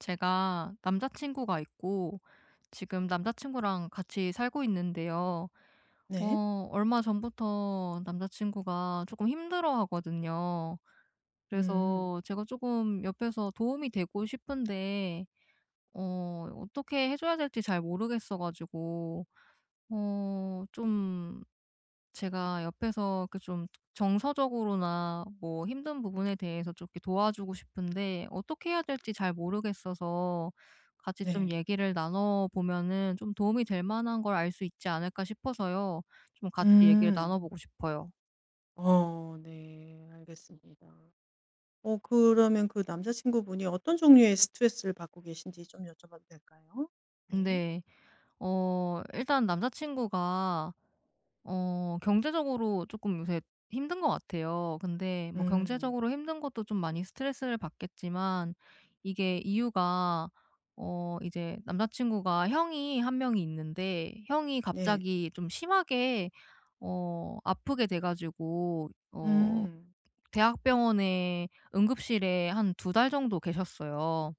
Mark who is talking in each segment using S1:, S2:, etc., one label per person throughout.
S1: 제가 남자친구가 있고 지금 남자친구랑 같이 살고 있는데요.
S2: 네.
S1: 얼마 전부터 남자친구가 조금 힘들어하거든요.
S2: 음.
S1: 그래서 제가 조금 옆에서 도움이 되고 싶은데 어떻게 해 줘야 될지 잘 모르겠어 가지고, 어좀 제가 옆에서 그 좀 정서적으로나 뭐 힘든 부분에 대해서 좀 이렇게 도와주고 싶은데 어떻게 해야 될지 잘 모르겠어서, 같이 좀
S2: 네.
S1: 얘기를 나눠 보면은 좀 도움이 될 만한 걸 알 수 있지 않을까 싶어서요. 좀 같이 얘기를 나눠
S2: 음.
S1: 보고 싶어요.
S2: 네. 알겠습니다. 그러면 그 남자친구분이 어떤 종류의 스트레스를 받고 계신지 좀 여쭤봐도 될까요? 네.
S1: 근데 일단 남자친구가 경제적으로 조금 요새 힘든 것 같아요. 근데 뭐
S2: 음.
S1: 경제적으로 힘든 것도 좀 많이 스트레스를 받겠지만, 이게 이유가, 이제 남자친구가 형이 한 명이 있는데, 형이
S2: 네.
S1: 갑자기 좀 심하게 아프게 돼 가지고
S2: 음.
S1: 대학병원의 응급실에 한 두 달 정도 계셨어요.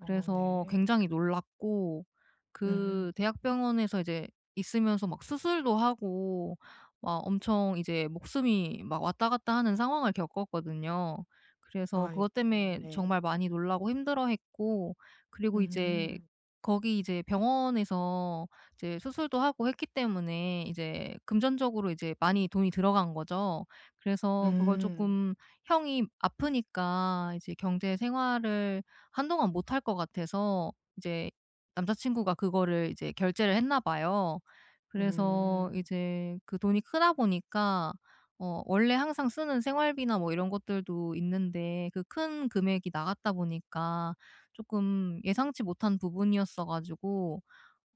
S2: 어 네.
S1: 굉장히 놀랐고, 그
S2: 음.
S1: 대학병원에서 이제 있으면서 막 수술도 하고 막 엄청 이제 목숨이 막 왔다 갔다 하는 상황을 겪었거든요. 그래서
S2: 아이고
S1: 그것 때문에 정말
S2: 네.
S1: 많이 놀라고 힘들어했고, 그리고 이제
S2: 음.
S1: 거기 이제 병원에서 이제 수술도 하고 했기 때문에 이제 금전적으로 이제 많이 돈이 들어간 거죠. 그래서 그걸
S2: 음.
S1: 조금, 형이 아프니까 이제 경제 생활을 한동안 못할 것 같아서 이제 남자친구가 그거를 이제 결제를 했나 봐요. 그래서
S2: 음.
S1: 이제 그 돈이 크다 보니까, 원래 항상 쓰는 생활비나 뭐 이런 것들도 있는데 그 큰 금액이 나갔다 보니까, 조금 예상치 못한 부분이었어 가지고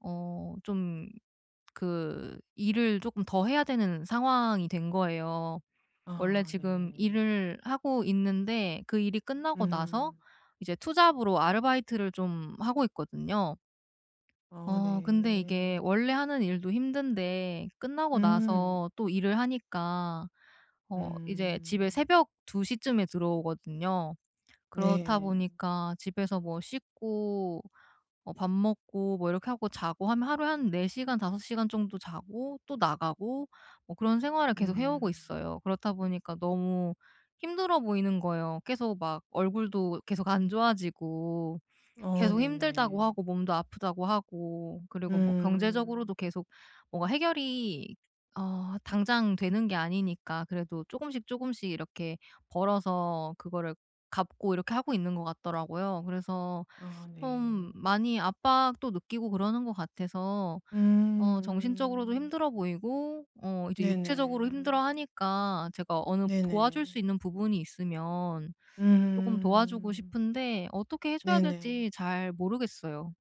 S1: 좀 그 일을 조금 더 해야 되는 상황이 된 거예요. 원래
S2: 아
S1: 지금
S2: 네.
S1: 일을 하고 있는데 그 일이 끝나고 나서
S2: 음.
S1: 이제 투잡으로 아르바이트를 좀 하고 있거든요.
S2: 어
S1: 근데 이게
S2: 네.
S1: 원래 하는 일도 힘든데 끝나고
S2: 음.
S1: 나서 또 일을 하니까 이제 집에
S2: 음.
S1: 새벽 2 시쯤에 들어오거든요. 그렇다
S2: 네.
S1: 보니까 집에서 뭐 씻고 밥 먹고 뭐 이렇게 하고 자고 하면 하루에 한 4 시간 5 시간 정도 자고 또 나가고 뭐 그런 생활을 계속 해오고
S2: 음.
S1: 있어요. 그렇다 보니까 너무 힘들어 보이는 거예요. 계속 막 얼굴도 계속 안 좋아지고
S2: 어
S1: 계속 힘들다고
S2: 네네.
S1: 하고 몸도 아프다고 하고, 그리고 뭐 경제적으로도
S2: 음.
S1: 계속 뭔가 해결이 당장 되는 게 아니니까, 그래도 조금씩 조금씩 이렇게 벌어서 그거를 갚고 이렇게 하고 있는 것 같더라고요. 그래서
S2: 아
S1: 좀
S2: 네.
S1: 많이 압박도 느끼고 그러는 것 같아서 정신적으로도
S2: 음.
S1: 힘들어 보이고 이제 육체적으로
S2: 네네.
S1: 힘들어하니까, 제가 어느 도와줄
S2: 네네.
S1: 수 있는 부분이 있으면 조금 도와주고
S2: 음.
S1: 싶은데 어떻게 해 줘야
S2: 네네.
S1: 될지 잘 모르겠어요.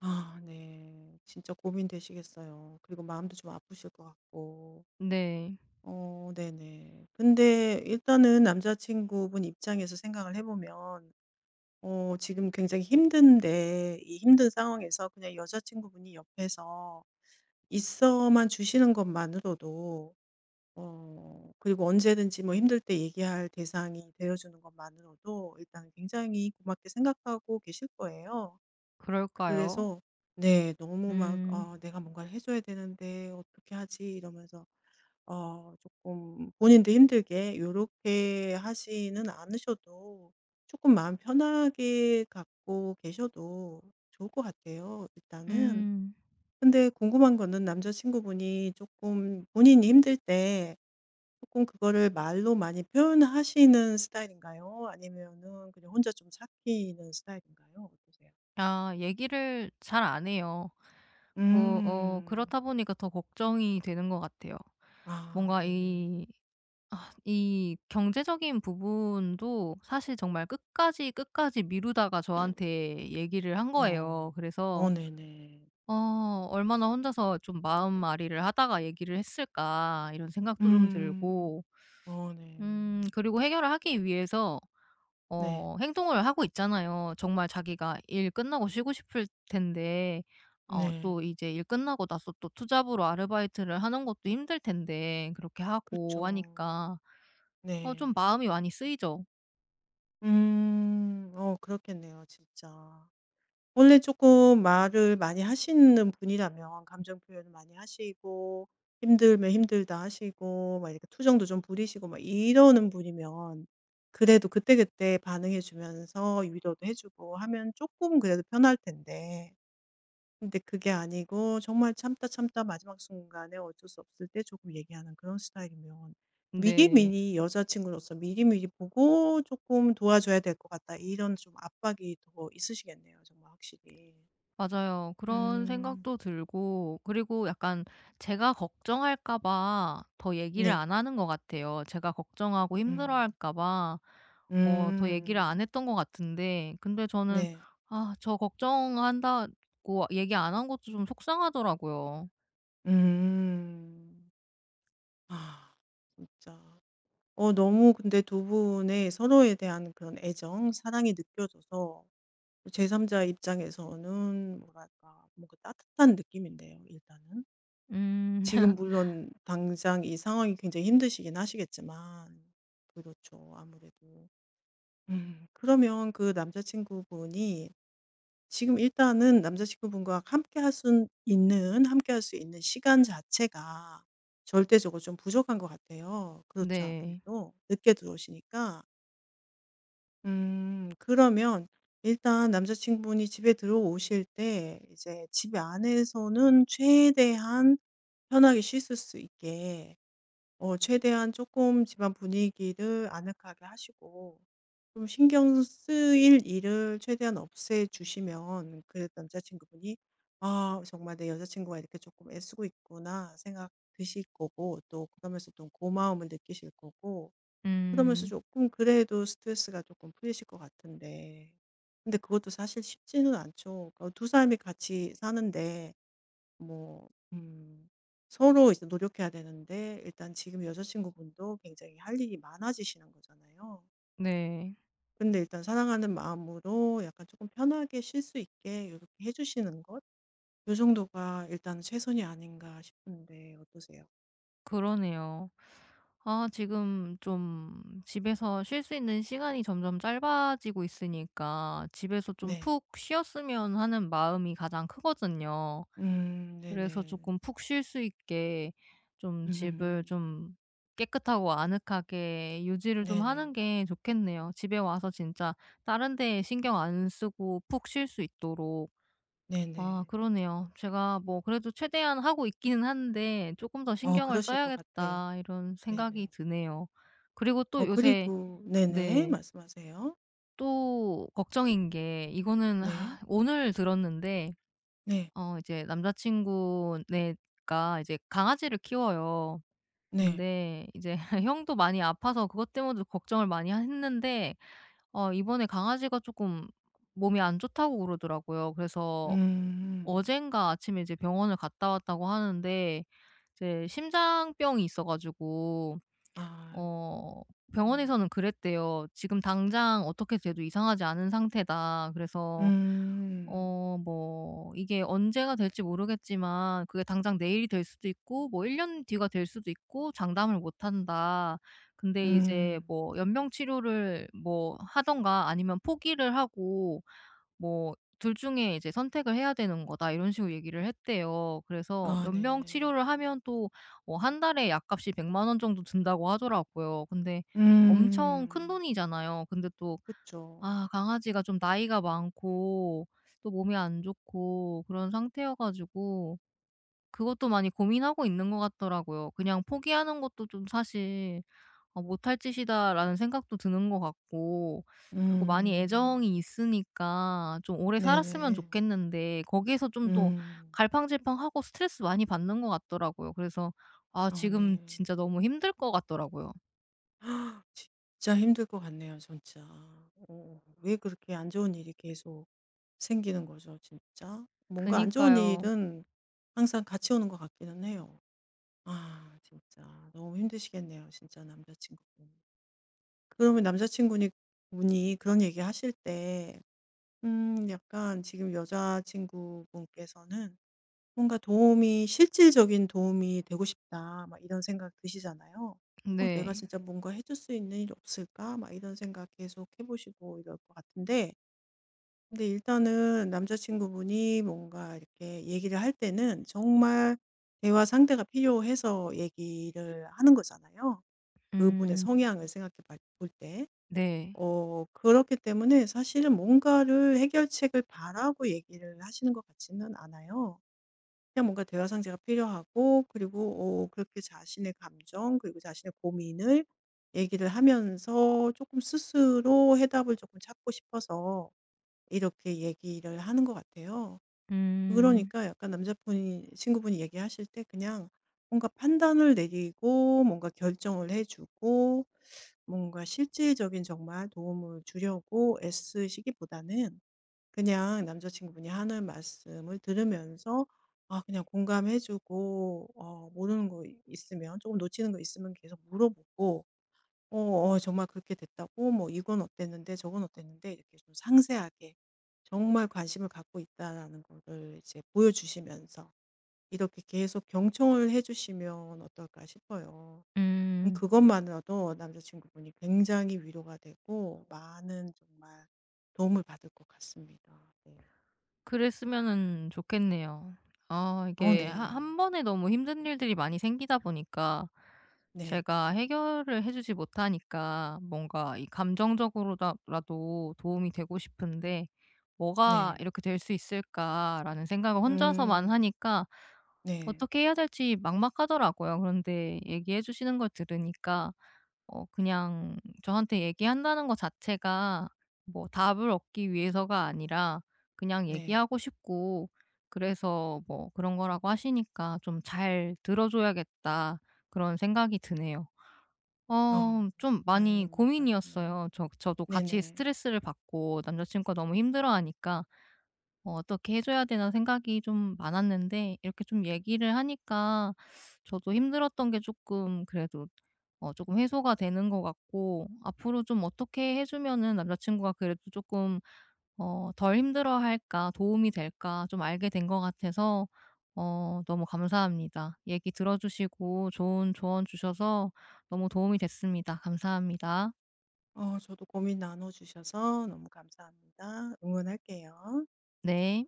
S2: 아 네. 진짜 고민되시겠어요. 그리고 마음도 좀 아프실 것 같고.
S1: 네.
S2: 어 네네. 근데 일단은 남자친구분 입장에서 생각을 해 보면 지금 굉장히 힘든데 이 힘든 상황에서 그냥 여자친구분이 옆에서 있어만 주시는 것만으로도 그리고 언제든지 뭐 힘들 때 얘기할 대상이 되어 주는 것만으로도 일단 굉장히 고맙게 생각하고 계실 거예요.
S1: 그럴까요?
S2: 그래서 네 너무 막
S1: 음.
S2: '아 내가 뭔가를 해 줘야 되는데 어떻게 하지?' 이러면서 어금 본인도 힘들게 요렇게 하지는 않으셔도 조금 마음 편하게 갖고 계셔도 좋을 것 같아요 일단은.
S1: 음.
S2: 근데 궁금한 거는 남자친구분이 조금 본인이 힘들 때 조금 그거를 말로 많이 표현하시는 스타일인가요? 아니면은 그냥 혼자 좀 삭히는 스타일인가요? 어떠세요?
S1: 아 얘기를 잘 안 해요.
S2: 음.
S1: 그렇다 보니까 더 걱정이 되는 것 같아요.
S2: 아
S1: 뭔가
S2: 네네.
S1: 이 아 이 경제적인 부분도 사실 정말 끝까지, 끝까지 미루다가 저한테 얘기를 한
S2: 어.
S1: 거예요.
S2: 어
S1: 그래서
S2: 네네.
S1: 얼마나 혼자서 좀 마음앓이를 하다가 얘기를 했을까 이런 생각도 좀
S2: 음.
S1: 들고,
S2: 어 네.
S1: 그리고 해결을 하기 위해서
S2: 네.
S1: 행동을 하고 있잖아요. 정말 자기가 일 끝나고 쉬고 싶을 텐데 또
S2: 네.
S1: 이제 일 끝나고 나서 또 투잡으로 아르바이트를 하는 것도 힘들 텐데 그렇게 하고
S2: 그쵸.
S1: 하니까 좀
S2: 네.
S1: 마음이 많이 쓰이죠.
S2: 음. 그렇겠네요 진짜. 원래 조금 말을 많이 하시는 분이라면 감정 표현을 많이 하시고 힘들면 힘들다 하시고 막 이렇게 투정도 좀 부리시고 막 이러는 분이면 그래도 그때그때 반응해 주면서 위로도 해 주고 하면 조금 그래도 편할 텐데 근데 그게 아니고 정말 참다, 참다 마지막 순간에 어쩔 수 없을 때 조금 얘기하는 그런 스타일이면
S1: 네.
S2: 미리미리 여자친구로서 미리미리 보고 조금 도와줘야 될 것 같다.' 이런 좀 압박이 더 있으시겠네요 정말 확실히.
S1: 맞아요. 그런
S2: 음.
S1: 생각도 들고, 그리고 약간 제가 걱정할까 봐 더 얘기를
S2: 네.
S1: 안 하는 것 같아요. 제가 걱정하고
S2: 음.
S1: 힘들어할까 봐 더 얘기를
S2: 음.
S1: 안 했던 것 같은데, 근데 저는,
S2: 네.
S1: 아 저 걱정한다고 얘기 안 한 것도 좀 속상하더라고요.
S2: 음. 아 진짜. 너무 근데 두 분의 서로에 대한 그런 애정, 사랑이 느껴져서 제3 자 입장에서는 뭐랄까 뭔가 따뜻한 느낌인데요 일단은.
S1: 음.
S2: 지금 물론 당장 이 상황이 굉장히 힘드시긴 하시겠지만 그렇죠 아무래도. 음. 그러면 그 남자 친구분이 지금 일단은 남자친구분과 함께 할 수 있는 시간 자체가 절대적으로 좀 부족한 것 같아요. 그렇죠,
S1: 네.
S2: 아무래도. 늦게 들어오시니까. 그러면 일단 남자친구분이 집에 들어오실 때 이제 집 안에서는 최대한 편하게 씻을 수 있게 최대한 조금 집안 분위기를 아늑하게 하시고 좀 신경 쓰일 일을 최대한 없애 주시면 그 남자친구분이 '아 정말 내 여자친구가 이렇게 조금 애쓰고 있구나.' 생각 드실 거고 또 그러면서 좀 고마움을 느끼실 거고 그러면서
S1: 음.
S2: 조금 그래도 스트레스가 조금 풀리실 것 같은데 근데 그것도 사실 쉽지는 않죠. 그러니까 두 사람이 같이 사는데 뭐 음 서로 이제 노력해야 되는데 일단 지금 여자친구분도 굉장히 할 일이 많아지시는 거잖아요.
S1: 네.
S2: 근데 일단 사랑하는 마음으로 약간 조금 편하게 쉴 수 있게 이렇게 해 주시는 것 요 정도가 일단 최선이 아닌가 싶은데 어떠세요?
S1: 그러네요. 아 지금 좀 집에서 쉴 수 있는 시간이 점점 짧아지고 있으니까 집에서 좀
S2: 네.
S1: 푹 쉬었으면 하는 마음이 가장 크거든요. 그래서
S2: 네네.
S1: 조금 푹 쉴 수 있게 좀 집을
S2: 음.
S1: 좀 깨끗하고 아늑하게 유지를 좀 하는
S2: 네네.
S1: 게 좋겠네요. 집에 와서 진짜 다른 데에 신경 안 쓰고 푹 쉴 수 있도록. 아
S2: 네네.
S1: 그러네요. 제가 뭐 그래도 최대한 하고 있기는 한데 조금 더 신경을
S2: 그러실 것 같아요.
S1: 써야겠다.' 이런 생각이
S2: 네네.
S1: 드네요. 그리고 또 요새,
S2: 그리고 네네.
S1: 네,
S2: 말씀하세요.
S1: 또 걱정인 게 이거는,
S2: 네.
S1: 오늘 들었는데
S2: 네.
S1: 이제 남자친구네가 이제 강아지를 키워요.
S2: 네.
S1: 근데 이제 형도 많이 아파서 그것 때문에도 걱정을 많이 했는데, 이번에 강아지가 조금 몸이 안 좋다고 그러더라고요. 그래서
S2: 음.
S1: 어젠가 아침에 이제 병원을 갔다 왔다고 하는데 이제 심장병이 있어 가지고
S2: 아이고.
S1: 어
S2: 네.
S1: 병원에서는 그랬대요. "지금 당장 어떻게 돼도 이상하지 않은 상태다. 그래서
S2: 음.
S1: 뭐 이게 언제가 될지 모르겠지만, 그게 당장 내일이 될 수도 있고 뭐 1 년 뒤가 될 수도 있고, 장담을 못 한다. 근데 이제
S2: 음.
S1: 뭐 연명 치료를 뭐 하던가 아니면 포기를 하고, 뭐 둘 중에 이제 선택을 해야 되는 거다." 이런 식으로 얘기를 했대요. 그래서
S2: 아
S1: 연명
S2: 네네.
S1: 치료를 하면 또 한 달에 약값이 1 0 0 원 정도 든다고 하더라고요. 근데 엄청
S2: 음.
S1: 큰돈이잖아요. 근데 또,
S2: 그쵸.
S1: 아 강아지가 좀 나이가 많고 또 몸이 안 좋고 그런 상태여 가지고 그것도 많이 고민하고 있는 것 같더라고요. 그냥 포기하는 것도 좀 사실 아 '못할 짓이다.'라는 생각도 드는 것 같고, 그리고 많이
S2: 음.
S1: 애정이 있으니까 좀 오래 살았으면
S2: 네네.
S1: 좋겠는데 거기에서 좀 또
S2: 음.
S1: 갈팡질팡하고 스트레스 많이 받는 것 같더라고요. 그래서 아
S2: 아
S1: 지금
S2: 네.
S1: 진짜 너무 힘들 것 같더라고요.
S2: 진짜 힘들 것 같네요 진짜. 왜 그렇게 안 좋은 일이 계속 생기는 거죠 진짜? 뭔가 안 좋은
S1: 그니까요.
S2: 일은 항상 같이 오는 것 같기는 해요. 아 진짜 너무 힘드시겠네요 진짜 남자친구분. 그러면 남자친구 분이 그런 얘기 하실 때 약간 지금 여자친구분께서는 뭔가 도움이 '실질적인 도움이 되고 싶다.' 막 이런 생각 드시잖아요. '어 내가
S1: 네.
S2: 진짜 뭔가 해줄 수 있는 일 없을까?' 막 이런 생각 계속 해 보시고 이럴 것 같은데 근데 일단은 남자친구분이 뭔가 이렇게 얘기를 할 때는 정말 대화 상대가 필요해서 얘기를 하는 거잖아요, 그분의
S1: 음.
S2: 성향을 생각해 봐 볼 때.
S1: 네.
S2: 그렇기 때문에 사실은 뭔가를 해결책을 바라고 얘기를 하시는 것 같지는 않아요. 그냥 뭔가 대화 상대가 필요하고 그리고 그렇게 자신의 감정 그리고 자신의 고민을 얘기를 하면서 조금 스스로 해답을 조금 찾고 싶어서 이렇게 얘기를 하는 것 같아요.
S1: 음.
S2: 그러니까 약간 남자분이 친구분이 얘기하실 때 그냥 뭔가 판단을 내리고 뭔가 결정을 해 주고 뭔가 실질적인 정말 도움을 주려고 애쓰시기보다는 그냥 남자친구분이 하는 말씀을 들으면서 아 그냥 공감해 주고 모르는 거 있으면 조금 놓치는 거 있으면 계속 물어보고 정말 그렇게 됐다고 뭐 이건 어땠는데 저건 어땠는데 이렇게 좀 상세하게 정말 관심을 갖고 있다라는 거를 이제 보여주시면서 이렇게 계속 경청을 해주시면 어떨까 싶어요.
S1: 음.
S2: 그것만으로도 남자친구분이 굉장히 위로가 되고 많은 정말 도움을 받을 것 같습니다. 네.
S1: 그랬으면은 좋겠네요. 아
S2: 어
S1: 이게, 하
S2: 네.
S1: 한 번에 너무 힘든 일들이 많이 생기다 보니까,
S2: 네.
S1: 제가 해결을 해 주지 못하니까 뭔가 이 감정적으로 라도 도움이 되고 싶은데, '뭐가
S2: 네.
S1: 이렇게 될 수 있을까.'라는 생각을 혼자서만
S2: 음.
S1: 하니까
S2: 네.
S1: 어떻게 해야 될지 막막하더라고요. 그런데 얘기해 주시는 걸 들으니까 그냥 저한테 얘기한다는 거 자체가 뭐 답을 얻기 위해서가 아니라 그냥
S2: 네.
S1: 얘기하고 싶고, 그래서 뭐 그런 거라고 하시니까 좀 '잘 들어 줘야겠다.' 그런 생각이 드네요.
S2: 어.
S1: 좀 많이
S2: 다행입니다. 네.
S1: 고민이었어요. 저도 같이
S2: 네네.
S1: 스트레스를 받고 남자 친구가 너무 힘들어하니까 '어 어떻게 해 줘야 되나.' 생각이 좀 많았는데, 이렇게 좀 얘기를 하니까 저도 힘들었던 게 조금 그래도 조금 해소가 되는 것 같고, 앞으로 좀 어떻게 해 주면은 남자친구가 그래도 조금 덜 힘들어할까, 도움이 될까 좀 알게 된 것 같아서 너무 감사합니다. 얘기 들어 주시고 좋은 조언 주셔서 너무 도움이 됐습니다. 감사합니다.
S2: 저도 고민 나눠 주셔서 너무 감사합니다. 응원할게요.
S1: 네.